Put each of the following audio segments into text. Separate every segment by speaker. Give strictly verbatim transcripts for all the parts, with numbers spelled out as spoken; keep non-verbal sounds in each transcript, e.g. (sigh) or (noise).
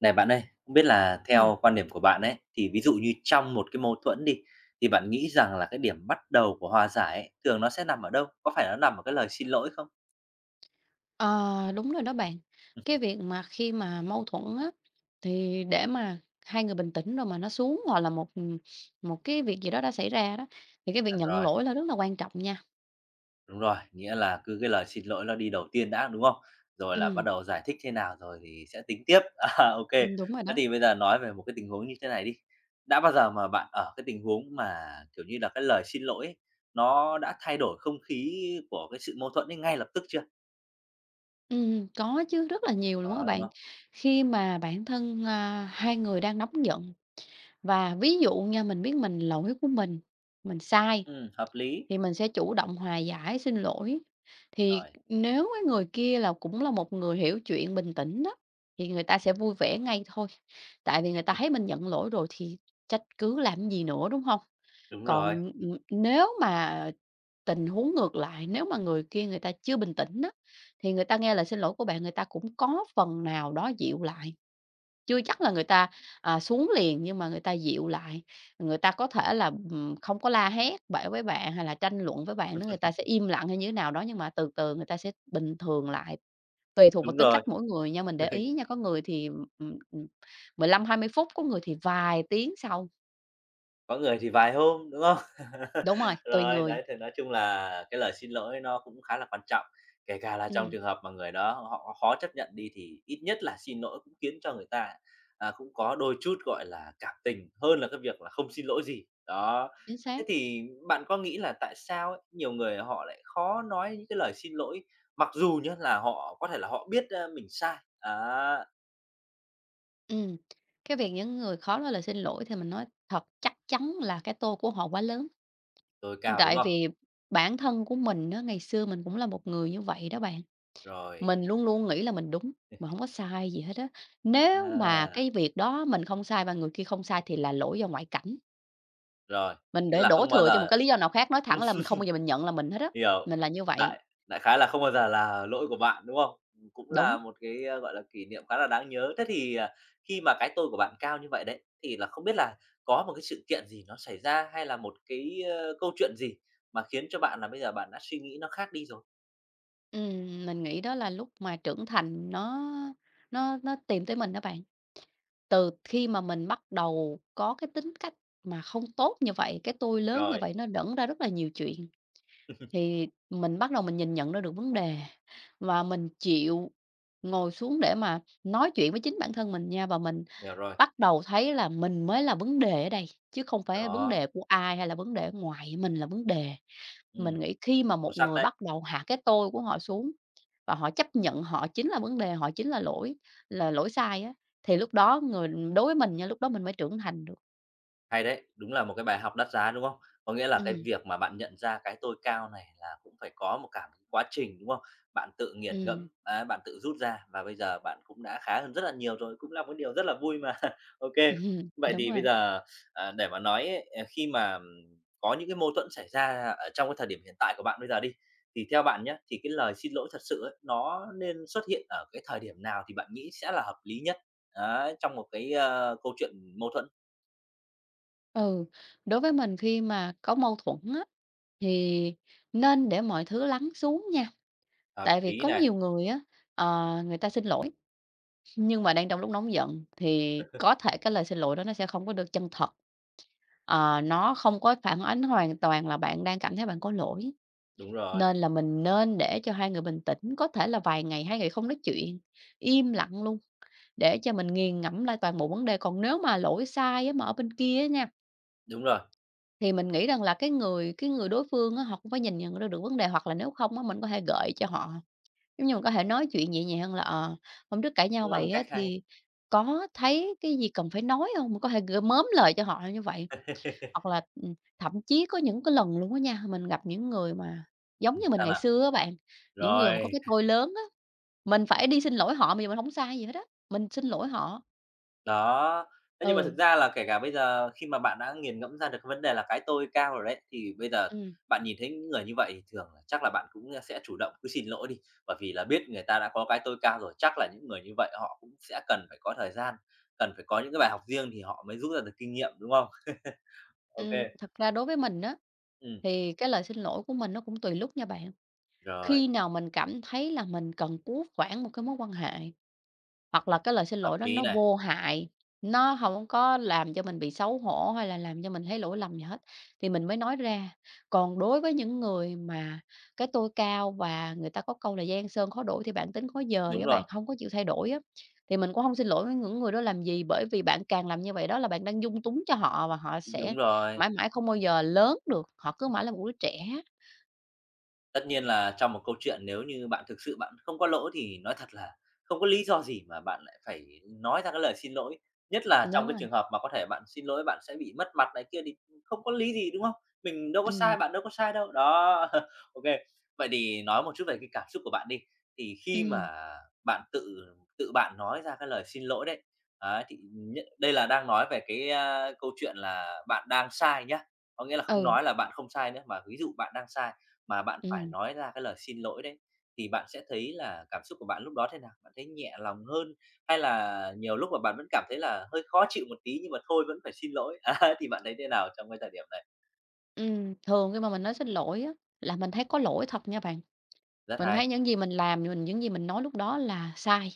Speaker 1: Này bạn ơi, không biết là
Speaker 2: Ừm,
Speaker 1: theo quan điểm của bạn ấy, thì ví dụ như trong một cái mâu thuẫn đi, thì bạn nghĩ rằng là cái điểm bắt đầu của hòa giải ấy, thường nó sẽ nằm ở đâu? Có phải nó nằm ở cái lời xin lỗi không?
Speaker 2: ờ, Đúng rồi đó bạn. Cái việc mà khi mà mâu thuẫn á, thì để mà hai người bình tĩnh rồi mà nó xuống hoặc là một, một cái việc gì đó đã xảy ra đó, thì cái việc
Speaker 1: Chuẩn
Speaker 2: nhận
Speaker 1: rồi,
Speaker 2: lỗi là rất là quan trọng nha.
Speaker 1: đúng rồi, nghĩa là cứ cái lời xin lỗi nó đi đầu tiên đã, đúng không? Rồi là bắt
Speaker 2: Ừm,
Speaker 1: đầu giải thích thế nào rồi thì sẽ tính tiếp. (laughs) À, ô
Speaker 2: ừm, đúng rồi
Speaker 1: Thế
Speaker 2: đó.
Speaker 1: thì bây giờ nói về một cái tình huống như thế này đi. Đã bao giờ mà bạn ở cái tình huống mà, kiểu như là, cái lời xin lỗi ấy, nó đã thay đổi không khí của cái sự mâu thuẫn ấy ngay lập tức chưa?
Speaker 2: Ừm, có chứ, rất là nhiều luôn á
Speaker 1: Đó, đúng
Speaker 2: bạn.
Speaker 1: không?
Speaker 2: Khi mà bản thân, a, hai người đang nóng giận và ví dụ nha, mình biết mình lỗi của mình, mình sai.
Speaker 1: Ừ hợp lý,
Speaker 2: Thì mình sẽ chủ động hòa giải, xin lỗi. Thì
Speaker 1: rồi.
Speaker 2: nếu cái người kia là cũng là một người hiểu chuyện, bình tĩnh đó, thì người ta sẽ vui vẻ ngay thôi. Tại vì người ta thấy mình nhận lỗi rồi thì trách cứ làm gì nữa, đúng không?
Speaker 1: Đúng rồi,
Speaker 2: Còn, ừm, nếu mà tình huống ngược lại, nếu mà người kia người ta chưa bình tĩnh á, thì người ta nghe lời xin lỗi của bạn, người ta cũng có phần nào đó dịu lại. Chưa chắc là người ta, à, xuống liền, nhưng mà người ta dịu lại, người ta có thể là, ừm, không có la hét bậy với bạn hay là tranh luận với bạn nữa, người ta sẽ im lặng hay như thế nào đó, nhưng mà từ từ người ta sẽ bình thường lại. Tùy thuộc vào
Speaker 1: đúng
Speaker 2: tính
Speaker 1: rồi.
Speaker 2: cách mỗi người nha, mình để
Speaker 1: (laughs)
Speaker 2: ý nha, có người thì, ừm, ừm, ừm, mười lăm hai mươi phút, có người thì vài tiếng sau.
Speaker 1: Có người thì vài hôm, đúng không? (laughs)
Speaker 2: Đúng rồi, tùy
Speaker 1: Rồi,
Speaker 2: người.
Speaker 1: đấy, thì nói chung là cái lời xin lỗi nó cũng khá là quan trọng, kể cả là trong
Speaker 2: Ừm,
Speaker 1: trường hợp mà người đó họ khó chấp nhận đi thì ít nhất là xin lỗi cũng khiến cho người ta, à, cũng có đôi chút, gọi là, cảm tình hơn là cái việc là không xin lỗi gì. Đó,
Speaker 2: chính xác.
Speaker 1: thế thì bạn có nghĩ là tại sao ấy, nhiều người họ lại khó nói những cái lời xin lỗi, mặc dù nhá là họ có thể là họ biết, a, mình sai, á,
Speaker 2: Ừm, cái việc những người khó nói lời xin lỗi thì mình nói thật chắc chắn là cái tô của họ quá lớn,
Speaker 1: tối cao, đúng
Speaker 2: tại
Speaker 1: không?
Speaker 2: vì bản thân của mình đó ngày xưa mình cũng là một người như vậy đó bạn.
Speaker 1: Rồi,
Speaker 2: Mình luôn luôn nghĩ là mình đúng, mình không có sai gì hết á. Nếu mà
Speaker 1: à.
Speaker 2: cái việc đó mình không sai và người kia không sai thì là lỗi do ngoại cảnh,
Speaker 1: Rồi,
Speaker 2: mình
Speaker 1: nghĩa
Speaker 2: để
Speaker 1: là
Speaker 2: đổ
Speaker 1: không bao
Speaker 2: thừa cho một
Speaker 1: giờ.
Speaker 2: cái lý do nào khác, nói
Speaker 1: (laughs) ừm,
Speaker 2: thẳng là mình không bao giờ mình nhận là mình hết á,
Speaker 1: hiểu.
Speaker 2: mình là như vậy.
Speaker 1: Đại đại khái là không bao giờ là lỗi của bạn, đúng không? Ừm, cũng
Speaker 2: Đúng,
Speaker 1: là một cái, a, gọi là, kỷ niệm khá là đáng nhớ. Thế thì, à, khi mà cái tôi của bạn cao như vậy đấy, thì là không biết là có một cái sự kiện gì nó xảy ra hay là một cái, ơ, câu chuyện gì mà khiến cho bạn là bây giờ bạn đã suy nghĩ nó khác đi rồi?
Speaker 2: ừm, mình nghĩ đó là lúc mà trưởng thành nó nó nó tìm tới mình đó bạn. Từ khi mà mình bắt đầu có cái tính cách mà không tốt như vậy, cái tôi lớn như
Speaker 1: Rồi,
Speaker 2: vậy nó đẩn ra rất là nhiều chuyện. Thì mình bắt đầu mình nhìn nhận ra được vấn đề và mình chịu ngồi xuống để mà nói chuyện với chính bản thân mình nha, và mình
Speaker 1: hiểu rồi.
Speaker 2: bắt đầu thấy là mình mới là vấn đề ở đây, chứ không phải vấn
Speaker 1: Đó,
Speaker 2: đề của ai hay là vấn đề ở ngoài, mình là vấn đề.
Speaker 1: ừm,
Speaker 2: Mình nghĩ khi mà
Speaker 1: sâu
Speaker 2: một
Speaker 1: sắc
Speaker 2: người
Speaker 1: đấy.
Speaker 2: bắt đầu hạ cái tôi của họ xuống và họ chấp nhận họ chính là vấn đề, họ chính là lỗi là lỗi sai á, thì lúc đó người đối với mình nha, lúc đó mình mới trưởng thành được.
Speaker 1: Hay đấy, đúng là một cái bài học đắt giá, đúng không? Có nghĩa là cái
Speaker 2: Ừm,
Speaker 1: việc mà bạn nhận ra cái tôi cao này là cũng phải có một cả một quá trình, đúng không? Bạn tự nghiền ngẫm,
Speaker 2: ừm,
Speaker 1: á, bạn tự rút ra và bây giờ bạn cũng đã khá hơn rất là nhiều rồi, cũng là một điều rất là vui mà. (laughs) OK.
Speaker 2: (laughs)
Speaker 1: Vậy
Speaker 2: đúng
Speaker 1: thì bây
Speaker 2: rồi.
Speaker 1: giờ, à, để mà nói ấy, ờ, khi mà, ừm, có những cái mâu thuẫn xảy ra ở trong cái thời điểm hiện tại của bạn bây giờ đi, thì theo bạn nhá, thì cái lời xin lỗi thật sự ấy, nó nên xuất hiện ở cái thời điểm nào thì bạn nghĩ sẽ là hợp lý nhất? Đấy, trong một cái, ơ, câu chuyện mâu thuẫn?
Speaker 2: Ừ, đối với mình khi mà có mâu thuẫn á, thì nên để mọi thứ lắng xuống nha.
Speaker 1: Hợp
Speaker 2: Tại vì
Speaker 1: lý
Speaker 2: có
Speaker 1: này.
Speaker 2: nhiều người á, ờ, người ta xin lỗi, nhưng mà đang trong lúc nóng giận thì có thể cái lời xin lỗi đó nó sẽ không có được chân thật. Ờ, nó không có phản ánh hoàn toàn là bạn đang cảm thấy bạn có lỗi.
Speaker 1: Đúng rồi,
Speaker 2: Nên là mình nên để cho hai người bình tĩnh, có thể là vài ngày, hai ngày không nói chuyện, im lặng luôn để cho mình nghiền ngẫm lại toàn bộ vấn đề. Còn nếu mà lỗi sai á, mà ở bên kia á nha.
Speaker 1: đúng rồi,
Speaker 2: Thì mình nghĩ rằng là cái người cái người đối phương á, họ cũng phải nhìn nhận ra được vấn đề, hoặc là nếu không á, mình có thể gợi cho họ, giống như mình có thể nói chuyện nhẹ nhàng là "Ờ, hôm trước cãi nhau
Speaker 1: cũng là một
Speaker 2: vậy
Speaker 1: cách
Speaker 2: á,
Speaker 1: hay.
Speaker 2: thì có thấy cái gì cần phải nói không". Mình có thể gửi mớm lời cho họ như vậy. Hoặc
Speaker 1: (laughs)
Speaker 2: là, ừm, thậm chí có những cái lần luôn á nha, mình gặp những người mà giống
Speaker 1: Ừm,
Speaker 2: như mình
Speaker 1: sao
Speaker 2: ngày
Speaker 1: nào?
Speaker 2: xưa á bạn, những người mà có
Speaker 1: Rồi,
Speaker 2: cái tôi lớn á, mình phải đi xin lỗi họ, mà mình không sai gì hết á, mình xin lỗi họ.
Speaker 1: đó. Thế nhưng mà thực
Speaker 2: Ừ,
Speaker 1: ra là kể cả bây giờ khi mà bạn đã nghiền ngẫm ra được cái vấn đề là cái tôi cao rồi đấy, thì bây giờ
Speaker 2: ừm.
Speaker 1: bạn nhìn thấy những người như vậy thì thường là chắc là bạn cũng, sẽ chủ động cứ xin lỗi đi, bởi vì là biết người ta đã có cái tôi cao rồi, chắc là những người như vậy họ cũng sẽ cần phải có thời gian, cần phải có những cái bài học riêng thì họ mới rút ra được kinh nghiệm, đúng không? (laughs) ok
Speaker 2: Ừm,
Speaker 1: kê,
Speaker 2: thật ra đối với mình á, thì cái lời xin lỗi của mình nó cũng tùy lúc nha bạn.
Speaker 1: rồi,
Speaker 2: Khi nào mình cảm thấy là mình cần cứu vãn một cái mối quan hệ hoặc là cái lời xin
Speaker 1: hợp
Speaker 2: lỗi đó
Speaker 1: lý
Speaker 2: nó
Speaker 1: này,
Speaker 2: vô hại, nó không có làm cho mình bị xấu hổ hay là làm cho mình thấy lỗi lầm gì hết, thì mình mới nói ra. Còn đối với những người mà cái tôi cao và người ta có câu là "gian sơn khó đổi thì bản tính khó dời"
Speaker 1: đúng
Speaker 2: á
Speaker 1: rồi,
Speaker 2: bạn, không có chịu thay đổi á, thì mình cũng không xin lỗi với những người đó làm gì, bởi vì bạn càng làm như vậy đó là bạn đang dung túng cho họ và họ sẽ
Speaker 1: đúng rồi.
Speaker 2: mãi mãi không bao giờ lớn được, họ cứ mãi là một đứa trẻ.
Speaker 1: Tất nhiên là trong một câu chuyện nếu như bạn thực sự bạn không có lỗi thì nói thật là không có lý do gì mà bạn lại phải nói ra cái lời xin lỗi, nhất là trong
Speaker 2: Đúng
Speaker 1: cái
Speaker 2: rồi.
Speaker 1: trường hợp mà có thể bạn xin lỗi bạn sẽ bị mất mặt này kia thì không có lý gì, đúng không? Mình đâu có
Speaker 2: Ừ,
Speaker 1: sai, bạn đâu có sai đâu. Đó, (laughs) OK. Vậy thì nói một chút về cái cảm xúc của bạn đi, thì khi
Speaker 2: ừ,
Speaker 1: mà bạn tự tự bạn nói ra cái lời xin lỗi đấy, ấy, thì nhất đây là đang nói về cái, a, câu chuyện là bạn đang sai nhá, có nghĩa là không
Speaker 2: ừ,
Speaker 1: nói là bạn không sai nữa, mà ví dụ bạn đang sai mà bạn phải
Speaker 2: ừm.
Speaker 1: nói ra cái lời xin lỗi đấy, thì bạn sẽ thấy là cảm xúc của bạn lúc đó thế nào? Bạn thấy nhẹ lòng hơn hay là nhiều lúc mà bạn vẫn cảm thấy là hơi khó chịu một tí nhưng mà thôi vẫn phải xin lỗi? (laughs) Á, thì bạn thấy thế nào trong cái thời điểm này?
Speaker 2: Ừm, thường khi mà mình nói xin lỗi á, là mình thấy có lỗi thật nha bạn.
Speaker 1: Rất
Speaker 2: Mình
Speaker 1: hay,
Speaker 2: thấy những gì mình làm, mình những gì mình nói lúc đó là sai,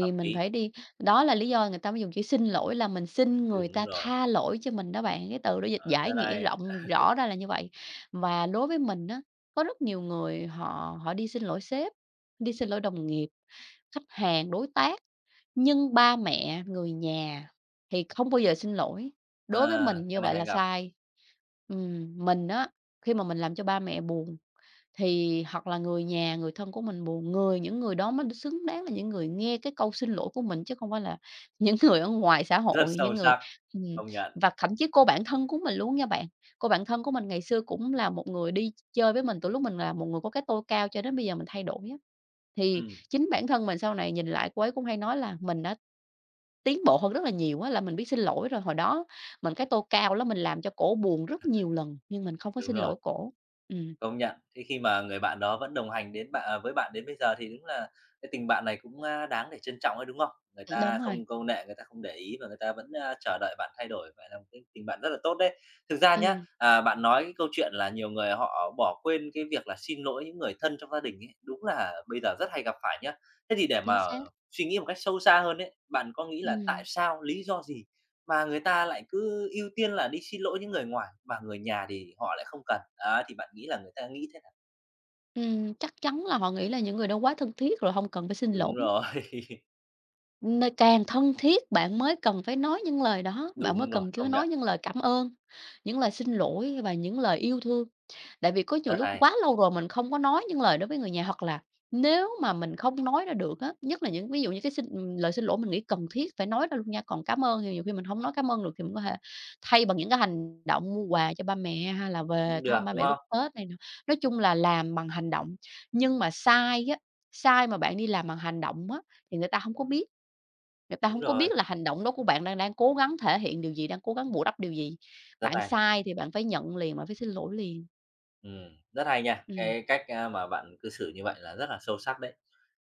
Speaker 1: hợp
Speaker 2: mình
Speaker 1: lý,
Speaker 2: phải đi, đó là lý do người ta mới dùng chữ xin lỗi là mình xin người
Speaker 1: đúng
Speaker 2: ta
Speaker 1: rồi,
Speaker 2: tha lỗi cho mình đó bạn. Cái từ đó dịch
Speaker 1: ờ,
Speaker 2: giải
Speaker 1: rất
Speaker 2: nghĩa
Speaker 1: hay.
Speaker 2: rộng rõ ra là như vậy. Và đối với mình á, có rất nhiều người họ họ đi xin lỗi sếp, đi xin lỗi đồng nghiệp, khách hàng, đối tác, nhưng ba mẹ, người nhà thì không bao giờ xin lỗi.
Speaker 1: À,
Speaker 2: Đối với mình
Speaker 1: cái
Speaker 2: như
Speaker 1: này
Speaker 2: vậy
Speaker 1: hay
Speaker 2: là
Speaker 1: gặp,
Speaker 2: sai. Ừm, mình á, khi mà mình làm cho ba mẹ buồn thì hoặc là người nhà, người thân của mình buồn, người những người đó mới xứng đáng là những người nghe cái câu xin lỗi của mình, chứ không phải là (laughs) những người ở ngoài xã
Speaker 1: (laughs) rất
Speaker 2: hội, những
Speaker 1: sâu
Speaker 2: người
Speaker 1: sắc,
Speaker 2: ừm,
Speaker 1: công nhận.
Speaker 2: và thậm chí cô bạn thân của mình luôn nha bạn. Cô bạn thân của mình ngày xưa cũng là một người đi chơi với mình từ lúc mình là một người có cái tôi cao cho đến bây giờ mình thay đổi á. Thì
Speaker 1: Ừm,
Speaker 2: chính bản thân mình sau này nhìn lại cô ấy cũng hay nói là mình đã tiến bộ hơn rất là nhiều á, là mình biết xin lỗi rồi. Hồi đó mình cái tôi cao đó mình làm cho cổ buồn rất nhiều lần, nhưng mình không có
Speaker 1: đúng
Speaker 2: xin
Speaker 1: rồi.
Speaker 2: lỗi cổ. Ừm,
Speaker 1: Công nhận, thế khi mà người bạn đó vẫn đồng hành đến bạn à, với bạn đến bây giờ thì đúng là cái tình bạn này cũng, a, đáng để trân trọng ấy, đúng không? Người
Speaker 2: đúng
Speaker 1: ta
Speaker 2: rồi,
Speaker 1: không câu nệ, người ta không để ý và người ta vẫn, a, chờ đợi bạn thay đổi, vậy là một cái tình bạn rất là tốt đấy. Thực ra nhá,
Speaker 2: ừm.
Speaker 1: à, bạn nói cái câu chuyện là nhiều người họ bỏ quên cái việc là xin lỗi những người thân trong gia đình ấy, đúng là bây giờ rất hay gặp phải nhá. Thế thì để
Speaker 2: Chính
Speaker 1: mà
Speaker 2: xác,
Speaker 1: suy nghĩ một cách sâu xa hơn ấy, bạn có nghĩ là tại
Speaker 2: ừm,
Speaker 1: sao, lý do gì mà người ta lại cứ ưu tiên là đi xin lỗi những người ngoài, mà người nhà thì họ lại không cần. Đó, thì bạn nghĩ là người ta nghĩ thế nào?
Speaker 2: ừm, chắc chắn là họ nghĩ là những người đó quá thân thiết rồi không cần phải xin lỗi.
Speaker 1: Đúng rồi, (laughs)
Speaker 2: Nơi càng thân thiết bạn mới cần phải nói những lời đó, bạn mới
Speaker 1: đúng rồi,
Speaker 2: cần cứ
Speaker 1: công nhận,
Speaker 2: nói những lời cảm ơn, những lời xin lỗi và những lời yêu thương. Tại vì có nhiều
Speaker 1: rất
Speaker 2: lúc
Speaker 1: hay.
Speaker 2: quá lâu rồi mình không có nói những lời đó với người nhà, hoặc là nếu mà mình không nói ra được á, nhất là những ví dụ như cái xin ừ, lời xin lỗi mình nghĩ cần thiết phải nói ra luôn nha, còn cảm ơn thì nhiều khi mình không nói cảm ơn được thì mình có thể thay bằng những cái hành động mua quà cho ba mẹ hay là về
Speaker 1: Cũng được,
Speaker 2: thăm ba
Speaker 1: đúng
Speaker 2: mẹ lúc
Speaker 1: không?
Speaker 2: Tết này nọ. Nói chung là làm bằng hành động, nhưng mà sai á, sai mà bạn đi làm bằng hành động á, thì người ta không có biết, người ta
Speaker 1: Đúng
Speaker 2: không có
Speaker 1: rồi,
Speaker 2: biết là hành động đó của bạn đang đang cố gắng thể hiện điều gì, đang cố gắng bù đắp điều gì.
Speaker 1: rất
Speaker 2: Bạn
Speaker 1: hay.
Speaker 2: sai thì bạn phải nhận liền, bạn phải xin lỗi liền.
Speaker 1: Ừm, rất hay nha,
Speaker 2: Ừm.
Speaker 1: cái cách, a, mà bạn cư xử như vậy là rất là sâu sắc đấy.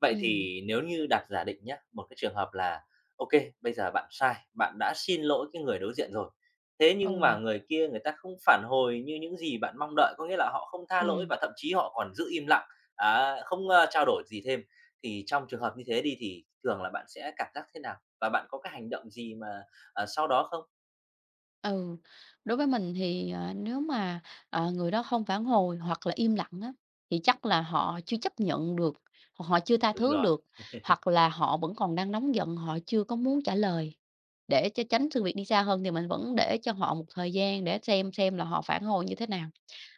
Speaker 1: Vậy
Speaker 2: ừ
Speaker 1: thì nếu như đặt giả định nhé một cái trường hợp là OK, bây giờ bạn sai, bạn đã xin lỗi cái người đối diện rồi, thế nhưng mà
Speaker 2: ừ,
Speaker 1: người kia người ta không phản hồi như những gì bạn mong đợi, có nghĩa là họ không tha lỗi
Speaker 2: ừm,
Speaker 1: và thậm chí họ còn giữ im lặng, á, không, a, trao đổi gì thêm. Thì trong trường hợp như thế đi thì thường là bạn sẽ cảm giác thế nào? Và bạn có cái hành động gì mà, à, sau đó không?
Speaker 2: ừ. Đối với mình thì, ờ, nếu mà, ờ, người đó không phản hồi hoặc là im lặng á, thì chắc là họ chưa chấp nhận được, hoặc họ chưa tha
Speaker 1: Đúng
Speaker 2: thứ
Speaker 1: rồi,
Speaker 2: được, hoặc là họ vẫn còn đang nóng giận, họ chưa có muốn trả lời. Để cho tránh sự việc đi xa hơn thì mình vẫn để cho họ một thời gian để xem xem là họ phản hồi như thế nào.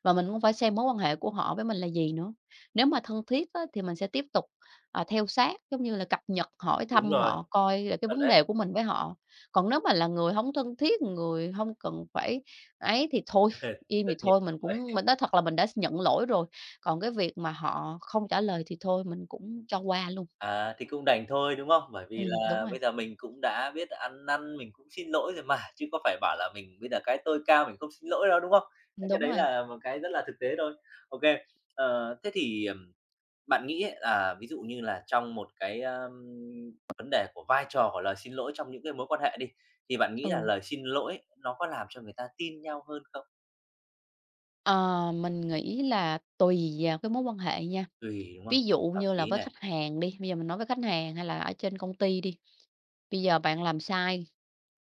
Speaker 2: Và mình cũng phải xem mối quan hệ của họ với mình là gì nữa. Nếu mà thân thiết á, thì mình sẽ tiếp tục, à, theo sát, giống như là, cập nhật hỏi
Speaker 1: đúng
Speaker 2: thăm
Speaker 1: rồi,
Speaker 2: họ coi là cái
Speaker 1: chuẩn
Speaker 2: vấn
Speaker 1: đấy,
Speaker 2: đề của mình với họ. Còn nếu mà là người không thân thiết, người không cần phải ấy thì thôi,
Speaker 1: (laughs)
Speaker 2: im
Speaker 1: tất
Speaker 2: thì
Speaker 1: nhiên.
Speaker 2: thôi, mình cũng mình nói thật là mình đã nhận lỗi rồi. Còn cái việc mà họ không trả lời thì thôi, mình cũng cho qua luôn.
Speaker 1: À, thì cũng đành thôi, đúng không? Bởi vì
Speaker 2: Ừm, đúng
Speaker 1: là
Speaker 2: rồi,
Speaker 1: bây giờ mình cũng đã biết ăn năn, mình cũng xin lỗi rồi mà, chứ có phải bảo là mình bây giờ cái tôi cao mình không xin lỗi đâu, đúng không? Thế cái
Speaker 2: đúng
Speaker 1: đấy
Speaker 2: rồi.
Speaker 1: là một cái rất là thực tế thôi. ok ờ, thế thì, ừm, bạn nghĩ ấy là ví dụ như là trong một cái, ờm, vấn đề của vai trò của lời xin lỗi trong những cái mối quan hệ đi, thì bạn nghĩ là
Speaker 2: Ừ,
Speaker 1: lời xin lỗi nó có làm cho người ta tin nhau hơn không?
Speaker 2: ờ, mình nghĩ là tùy vào cái mối quan hệ nha.
Speaker 1: Tùy, đúng không?
Speaker 2: Ví dụ
Speaker 1: Hợp
Speaker 2: như là
Speaker 1: lý
Speaker 2: với
Speaker 1: này,
Speaker 2: khách hàng đi, bây giờ mình nói với khách hàng hay là ở trên công ty đi, bây giờ bạn làm sai,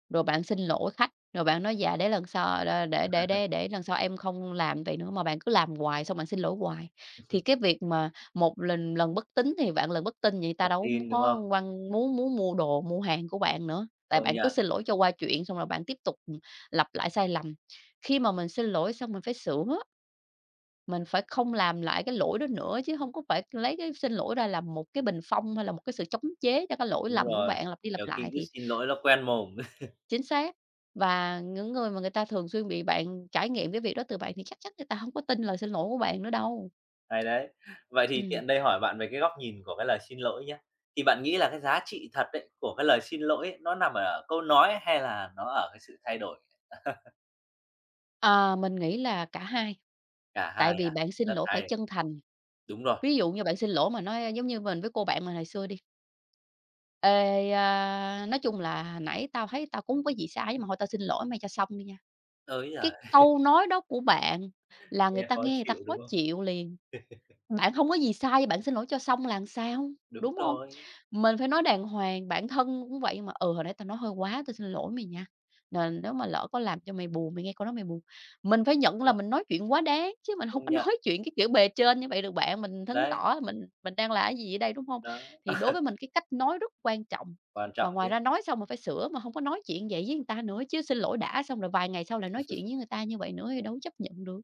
Speaker 2: rồi bạn xin lỗi khách, rồi bạn nói dạ để lần sau để để để để lần sau em không làm vậy nữa, mà bạn cứ làm hoài, xong bạn xin lỗi hoài. Thì cái việc mà một lần lần bất tín thì vạn lần bất tin, vậy ta
Speaker 1: rất
Speaker 2: đâu
Speaker 1: tin, đúng
Speaker 2: có
Speaker 1: không?
Speaker 2: quan muốn muốn mua đồ, mua hàng của bạn nữa, tại
Speaker 1: Công
Speaker 2: bạn cứ
Speaker 1: nhận,
Speaker 2: xin lỗi cho qua chuyện, xong rồi bạn tiếp tục, ừm, lặp lại sai lầm. Khi mà mình xin lỗi xong mình phải sửa. Mình phải không làm lại cái lỗi đó nữa, chứ không có phải lấy cái xin lỗi ra làm một cái bình phong, hay là một cái sự chống chế cho cái lỗi
Speaker 1: đúng
Speaker 2: lầm của
Speaker 1: rồi,
Speaker 2: bạn lặp đi lặp
Speaker 1: nhiều khi
Speaker 2: lại
Speaker 1: cứ
Speaker 2: thì
Speaker 1: xin lỗi nó quen mồm.
Speaker 2: chính xác. Và những người mà người ta thường xuyên bị bạn trải nghiệm cái việc đó từ bạn thì chắc chắn người ta không có tin lời xin lỗi của bạn nữa đâu.
Speaker 1: Hay đấy. Vậy thì
Speaker 2: Ừm,
Speaker 1: tiện đây hỏi bạn về cái góc nhìn của cái lời xin lỗi nhé. Thì bạn nghĩ là cái giá trị thật ấy, của cái lời xin lỗi ấy, nó nằm ở câu nói hay là nó ở cái sự thay đổi?
Speaker 2: ờ, mình nghĩ là cả hai,
Speaker 1: Cả
Speaker 2: tại
Speaker 1: hai
Speaker 2: vì
Speaker 1: à?
Speaker 2: bạn xin
Speaker 1: Rất
Speaker 2: lỗi phải
Speaker 1: hay.
Speaker 2: chân thành.
Speaker 1: Đúng rồi.
Speaker 2: Ví dụ như bạn xin lỗi mà nói giống như mình với cô bạn mình hồi xưa đi: "Ê, a, nói chung là hồi nãy tao thấy tao cũng hông có gì sai, nhưng mà thôi tao xin lỗi mày cho xong đi nha."
Speaker 1: Ới giời,
Speaker 2: Cái câu nói đó của bạn là người
Speaker 1: nghe
Speaker 2: ta
Speaker 1: khó
Speaker 2: nghe người ta
Speaker 1: chịu,
Speaker 2: khó
Speaker 1: đúng không?
Speaker 2: chịu liền. Bạn không có gì sai, bạn xin lỗi cho xong là làm sao,
Speaker 1: Đúng
Speaker 2: đúng hông?
Speaker 1: rồi,
Speaker 2: Mình phải nói đàng hoàng, bản thân cũng vậy mà, "Ừ, hồi nãy tao nói hơi quá, tao xin lỗi mày nha, nền nếu mà lỡ có làm cho mày buồn, mày nghe câu đó mày buồn." Mình phải
Speaker 1: đúng
Speaker 2: nhận là
Speaker 1: rồi,
Speaker 2: mình nói chuyện quá đáng, chứ mình hông
Speaker 1: công
Speaker 2: có (laughs)
Speaker 1: nhận.
Speaker 2: nói chuyện cái kiểu bề trên như vậy được bạn, mình chứng
Speaker 1: Đấy,
Speaker 2: tỏ là mình mình đang là cái gì ở đây, đúng hông?
Speaker 1: đó,
Speaker 2: Thì đối với mình cái cách nói rất quan trọng.
Speaker 1: quan
Speaker 2: Và
Speaker 1: trọng
Speaker 2: ngoài
Speaker 1: chứ.
Speaker 2: ra nói xong mà phải sửa, mà không có nói chuyện vậy với người ta nữa chứ xin lỗi đã, xong rồi vài ngày sau lại nói chuyện với người ta như vậy nữa thì đâu có chấp nhận được.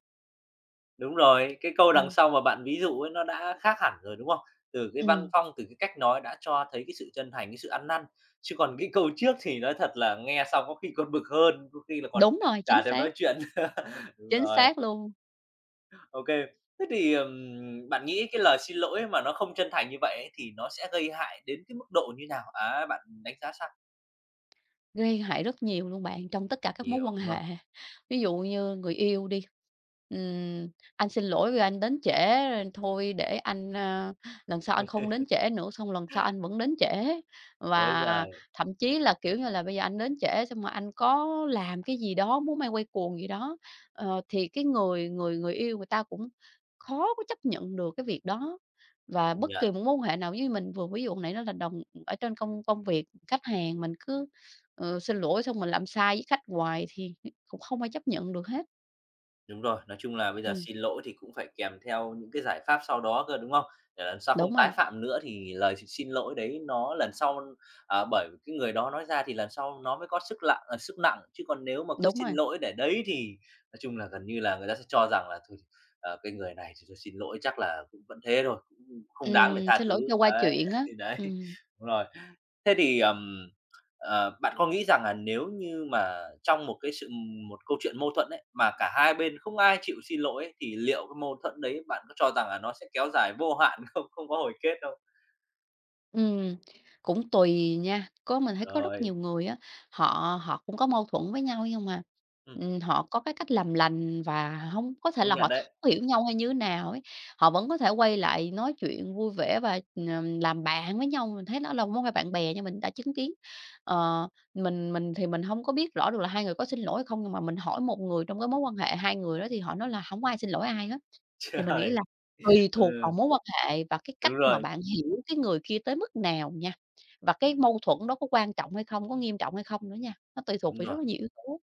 Speaker 1: Đúng rồi, cái câu đằng
Speaker 2: Ừm,
Speaker 1: sau mà bạn ví dụ ấy nó đã khác hẳn rồi, đúng không? Từ cái văn
Speaker 2: ừm,
Speaker 1: phong, từ cái cách nói đã cho thấy cái sự chân thành, cái sự ăn năn. Chứ còn cái câu trước thì nói thật là nghe xong có khi còn bực hơn, có khi là còn
Speaker 2: Đúng rồi, chính
Speaker 1: chả thèm
Speaker 2: xác,
Speaker 1: nói chuyện. (laughs) Đúng
Speaker 2: chính
Speaker 1: rồi,
Speaker 2: xác luôn.
Speaker 1: OK. Thế thì, ừm, bạn nghĩ cái lời xin lỗi mà nó không chân thành như vậy ấy thì nó sẽ gây hại đến cái mức độ như nào? Á, bạn đánh giá sao?
Speaker 2: Gây hại rất nhiều luôn bạn, trong tất cả các mối
Speaker 1: Nhiều,
Speaker 2: quan
Speaker 1: đúng không?
Speaker 2: hệ. Ví dụ như người yêu đi, ừm, "Anh xin lỗi vì anh đến trễ, rồi thôi để anh, a, lần sau anh không đến trễ nữa", xong lần sau anh vẫn đến trễ.
Speaker 1: Ối
Speaker 2: Và
Speaker 1: giời,
Speaker 2: thậm chí là, kiểu như là, bây giờ anh đến trễ xong mà anh có làm cái gì đó, múa may quay cuồng gì đó, ờ, thì cái người người người yêu người ta cũng khó có chấp nhận được cái việc đó. Và
Speaker 1: công
Speaker 2: bất
Speaker 1: nhận.
Speaker 2: kỳ một mối quan hệ nào với mình, vừa ví dụ hồi nãy đó là đồng ở trên công công việc, khách hàng, mình cứ Ờ, xin lỗi xong mình làm sai với khách hoài thì cũng không ai chấp nhận được hết.
Speaker 1: Đúng rồi, nói chung là bây giờ
Speaker 2: Ừm,
Speaker 1: xin lỗi thì cũng phải kèm theo những cái giải pháp sau đó cơ, đúng không? Để lần sau không
Speaker 2: đúng
Speaker 1: tái
Speaker 2: rồi,
Speaker 1: phạm nữa thì lời x xin lỗi đấy nó lần sau, à, bởi vì cái người đó nói ra thì lần sau nó mới có sức lặng à, sức nặng, chứ còn nếu mà cứ
Speaker 2: đúng
Speaker 1: xin
Speaker 2: rồi.
Speaker 1: lỗi để đấy thì nói chung là gần như là người ta sẽ cho rằng là "Thôi, ờ, cái người này thì thôi xin lỗi chắc là cũng vẫn thế thôi, cũng không đáng để
Speaker 2: Ừm,
Speaker 1: tha
Speaker 2: xin
Speaker 1: thứ."
Speaker 2: lỗi cho qua
Speaker 1: Đấy,
Speaker 2: chuyện
Speaker 1: (laughs)
Speaker 2: á.
Speaker 1: thì đấy,
Speaker 2: Ừm.
Speaker 1: đúng rồi. Thế thì, ờm ờ, bạn có nghĩ rằng là nếu như mà trong một cái sự một câu chuyện mâu thuẫn ấy, mà cả hai bên không ai chịu xin lỗi ấy, thì liệu cái mâu thuẫn đấy bạn có cho rằng là nó sẽ kéo dài vô hạn (laughs) không? Không có hồi kết đâu.
Speaker 2: Ừ, cũng tùy nha, có mình thấy có rất nhiều
Speaker 1: Rồi,
Speaker 2: người á, họ họ cũng có mâu thuẫn với nhau nhưng mà,
Speaker 1: ừm,
Speaker 2: ừm, họ có cái cách làm lành và không có thể
Speaker 1: công
Speaker 2: là họ
Speaker 1: nhận đấy.
Speaker 2: thấu
Speaker 1: (laughs)
Speaker 2: hiểu nhau hay như thế nào ấy, họ vẫn có thể quay lại nói chuyện vui vẻ và, ừm, làm bạn với nhau, mình thấy đó là mối quan hệ bạn bè nhưng mình đã chứng kiến. Ờ, mình mình thì mình không có biết rõ được là hai người có xin lỗi hay không, nhưng mà mình hỏi một người trong cái mối quan hệ hai người đó thì họ nói là không có ai xin lỗi ai hết. Thì mình nghĩ
Speaker 1: Trời!
Speaker 2: là tùy thuộc vào
Speaker 1: Ừ,
Speaker 2: mối quan hệ và cái
Speaker 1: đúng
Speaker 2: cách mà
Speaker 1: rồi,
Speaker 2: bạn hiểu cái người kia tới mức nào nha, và cái mâu thuẫn đó có quan trọng hay không, có nghiêm trọng hay không nữa nha, nó tùy thuộc
Speaker 1: đúng
Speaker 2: vào rất
Speaker 1: rồi.
Speaker 2: là nhiều yếu tố.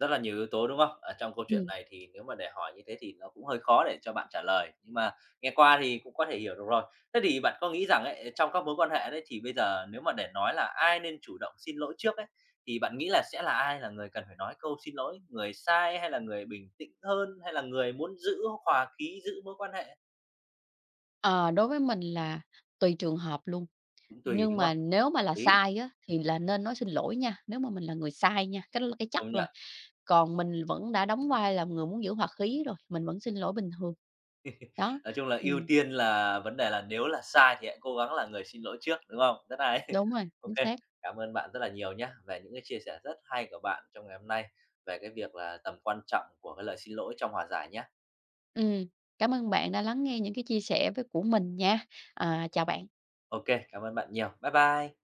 Speaker 1: Rất là nhiều yếu tố, đúng không? Ở trong câu chuyện
Speaker 2: Ừm,
Speaker 1: này thì nếu mà để hỏi như thế thì nó cũng hơi khó để cho bạn trả lời, nhưng mà nghe qua thì cũng có thể hiểu được rồi. Thế thì bạn có nghĩ rằng ấy, trong các mối quan hệ đấy thì bây giờ nếu mà để nói là ai nên chủ động xin lỗi trước ấy, thì bạn nghĩ là sẽ là ai là người cần phải nói câu xin lỗi? Người sai hay là người bình tĩnh hơn, hay là người muốn giữ hòa khí, giữ mối quan hệ?
Speaker 2: ờ, đối với mình là tùy trường hợp luôn,
Speaker 1: Cũng tùy,
Speaker 2: nhưng
Speaker 1: đúng
Speaker 2: mà
Speaker 1: không?
Speaker 2: nếu mà
Speaker 1: Hợp
Speaker 2: là
Speaker 1: lý,
Speaker 2: sai á, thì là nên nói xin lỗi nha, nếu mà mình là người sai nha, cái đó là cái chắc
Speaker 1: công
Speaker 2: rồi.
Speaker 1: nhận.
Speaker 2: Còn mình vẫn đã đóng vai là người muốn giữ hòa khí rồi, mình vẫn xin lỗi bình thường. Đó,
Speaker 1: Nói chung là ưu
Speaker 2: ừm,
Speaker 1: tiên là vấn đề là nếu là sai thì hãy cố gắng là người xin lỗi trước, đúng không? Rất hay.
Speaker 2: đúng rồi,
Speaker 1: (laughs) OK,
Speaker 2: chính xác.
Speaker 1: cảm ơn bạn rất là nhiều nhé về những cái chia sẻ rất hay của bạn trong ngày hôm nay về cái việc là tầm quan trọng của cái lời xin lỗi trong hòa giải nhá.
Speaker 2: Ừm, cảm ơn bạn đã lắng nghe những cái chia sẻ với của mình nha. À, chào bạn.
Speaker 1: OK, cảm ơn bạn nhiều. Bye bye.